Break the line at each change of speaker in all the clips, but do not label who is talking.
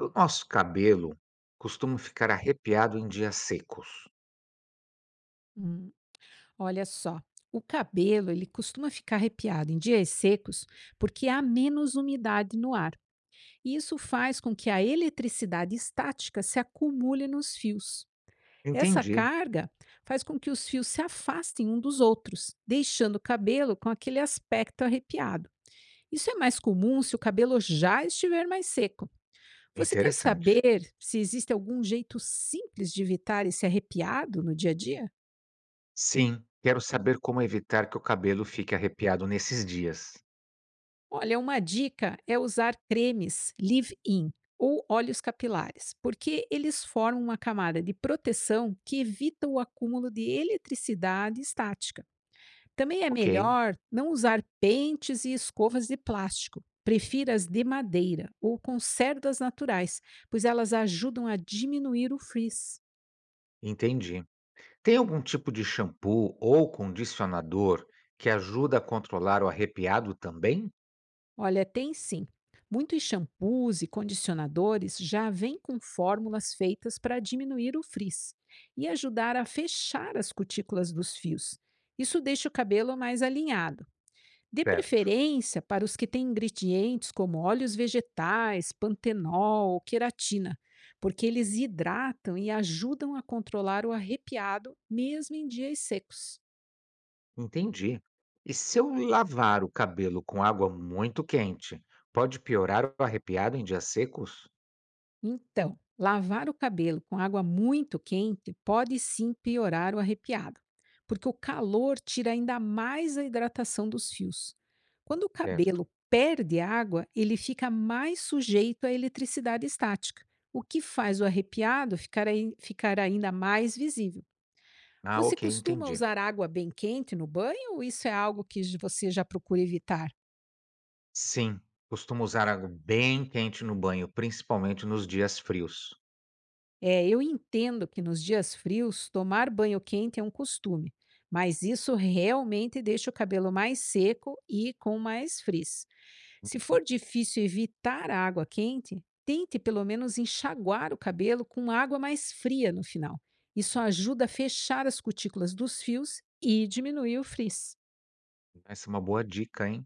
O nosso cabelo costuma ficar arrepiado em dias secos.
Hum, olha só, o cabelo ele costuma ficar arrepiado em dias secos porque há menos umidade no ar. E isso faz com que a eletricidade estática se acumule nos fios. Essa
Entendi.
carga faz com que os fios se afastem um dos outros, deixando o cabelo com aquele aspecto arrepiado. Isso é mais comum se o cabelo já estiver mais seco. Você quer
Interessante.
saber se existe algum jeito simples de evitar esse arrepiado no dia a dia?
Sim, quero saber como evitar que o cabelo fique arrepiado nesses dias.
Olha, uma dica é usar cremes leave-in ou óleos capilares, porque eles formam uma camada de proteção que evita o acúmulo de eletricidade estática. Também é
Ok,
melhor não usar pentes e escovas de plástico. Prefira as de madeira ou com cerdas naturais, pois elas ajudam a diminuir o frizz.
entendi. Tem algum tipo de shampoo ou condicionador que ajuda a controlar o arrepiado também?
Olha, tem sim. Muitos shampoos e condicionadores já vêm com fórmulas feitas para diminuir o frizz e ajudar a fechar as cutículas dos fios. Isso deixa o cabelo mais alinhado. Dê
Certo,
preferência para os que têm ingredientes como óleos vegetais, pantenol ou queratina, porque eles hidratam e ajudam a controlar o arrepiado mesmo em dias secos.
entendi. E se eu lavar o cabelo com água muito quente, pode piorar o arrepiado em dias secos?
Então, lavar o cabelo com água muito quente pode sim piorar o arrepiado, porque o calor tira ainda mais a hidratação dos fios. Quando o
Certo.
cabelo perde água, ele fica mais sujeito à eletricidade estática, o que faz o arrepiado ficar ainda mais visível.
Ah,
Você
ok,
costuma
entendi.
usar água bem quente no banho ou isso é algo você já procura evitar?
Sim, costumo usar água bem quente no banho, principalmente nos dias frios.
É, eu entendo que nos dias frios tomar banho quente é um costume, mas isso realmente deixa o cabelo mais seco e com mais frizz. Se for difícil evitar a água quente, tente pelo menos enxaguar o cabelo com água mais fria no final. Isso ajuda a fechar as cutículas dos fios e diminuir o frizz.
Essa é uma boa dica, hein?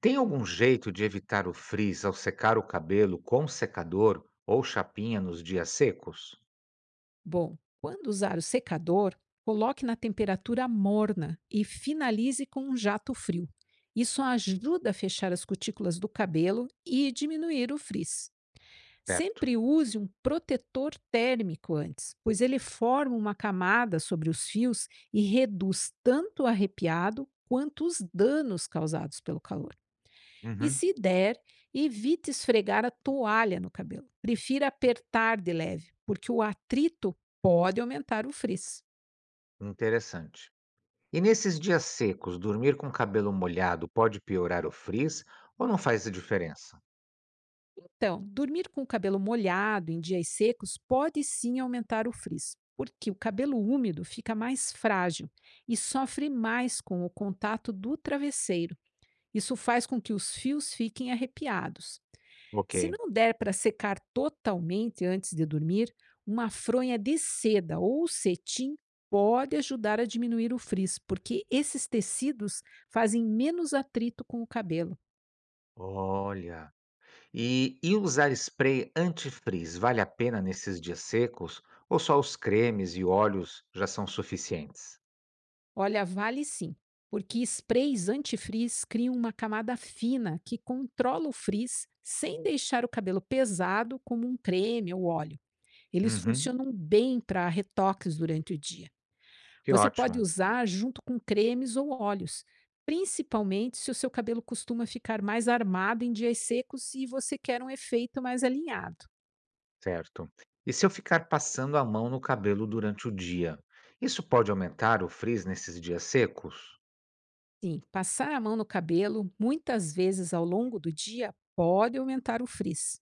Tem algum jeito de evitar o frizz ao secar o cabelo com secador ou chapinha nos dias secos?
Bom, quando usar o secador, coloque na temperatura morna e finalize com um jato frio. Isso ajuda a fechar as cutículas do cabelo e diminuir o frizz.
Certo.
Sempre use um protetor térmico antes, pois ele forma uma camada sobre os fios e reduz tanto o arrepiado quanto os danos causados pelo calor. E
Uhum.
se der, evite esfregar a toalha no cabelo. Prefira apertar de leve, porque o atrito pode aumentar o frizz.
Interessante. E nesses dias secos, dormir com o cabelo molhado pode piorar o frizz ou não faz a diferença?
Então, dormir com o cabelo molhado em dias secos pode sim aumentar o frizz, porque o cabelo úmido fica mais frágil e sofre mais com o contato do travesseiro. Isso faz com que os fios fiquem arrepiados.
Ok.
Se não der para secar totalmente antes de dormir, uma fronha de seda ou cetim pode ajudar a diminuir o frizz, porque esses tecidos fazem menos atrito com o cabelo.
Olha, e usar spray antifrizz vale a pena nesses dias secos? Ou só os cremes e óleos já são suficientes?
Olha, vale sim, porque sprays antifrizz criam uma camada fina que controla o frizz sem deixar o cabelo pesado como um creme ou óleo. Eles
Uhum,
funcionam bem para retoques durante o dia.
que
Você pode
ótimo,
usar junto com cremes ou óleos, principalmente se o seu cabelo costuma ficar mais armado em dias secos e você quer um efeito mais alinhado.
certo. E se eu ficar passando a mão no cabelo durante o dia, isso pode aumentar o frizz nesses dias secos?
Sim, passar a mão no cabelo muitas vezes ao longo do dia pode aumentar o frizz.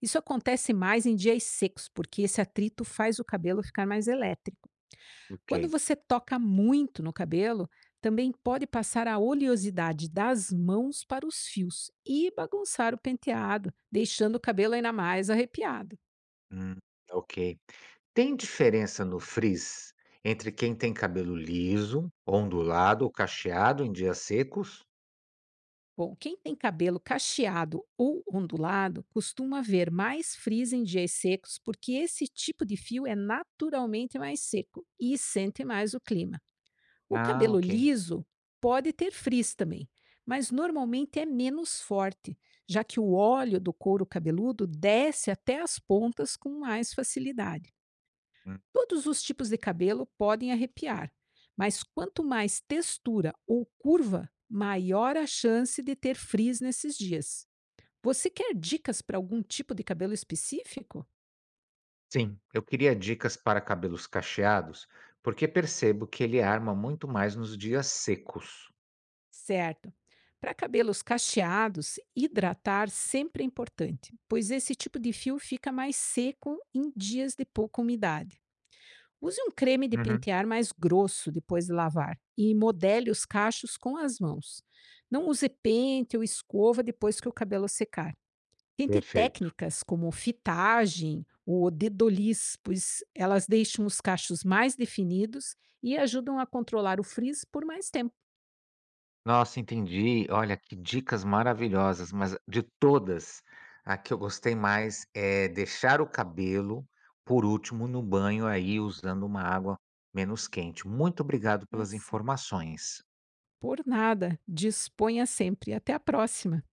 Isso acontece mais em dias secos, porque esse atrito faz o cabelo ficar mais elétrico.
Ok,
Quando você toca muito no cabelo, também pode passar a oleosidade das mãos para os fios e bagunçar o penteado, deixando o cabelo ainda mais arrepiado.
hum, ok. Tem diferença no frizz entre quem tem cabelo liso, ondulado ou cacheado em dias secos?
Bom, quem tem cabelo cacheado ou ondulado costuma ver mais frizz em dias secos porque esse tipo de fio é naturalmente mais seco e sente mais o clima. O
Ah,
cabelo
ok.
liso pode ter frizz também, mas normalmente é menos forte, já que o óleo do couro cabeludo desce até as pontas com mais facilidade. Todos os tipos de cabelo podem arrepiar, mas quanto mais textura ou curva, maior a chance de ter frizz nesses dias. Você quer dicas para algum tipo de cabelo específico?
Sim, eu queria dicas para cabelos cacheados, porque percebo que ele arma muito mais nos dias secos.
Certo. Para cabelos cacheados, hidratar sempre é importante, pois esse tipo de fio fica mais seco em dias de pouca umidade. Use um creme de
Uhum,
pentear mais grosso depois de lavar e modele os cachos com as mãos. Não use pente ou escova depois que o cabelo secar. Tente
perfeito.
técnicas como fitagem ou dedoliz, pois elas deixam os cachos mais definidos e ajudam a controlar o frizz por mais tempo.
Nossa, entendi. Olha, que dicas maravilhosas, mas de todas, a que eu gostei mais é deixar o cabelo por último no banho aí usando uma água menos quente. Muito obrigado
Tá
pelas
certo.
informações.
Por nada. Disponha sempre. Até a próxima.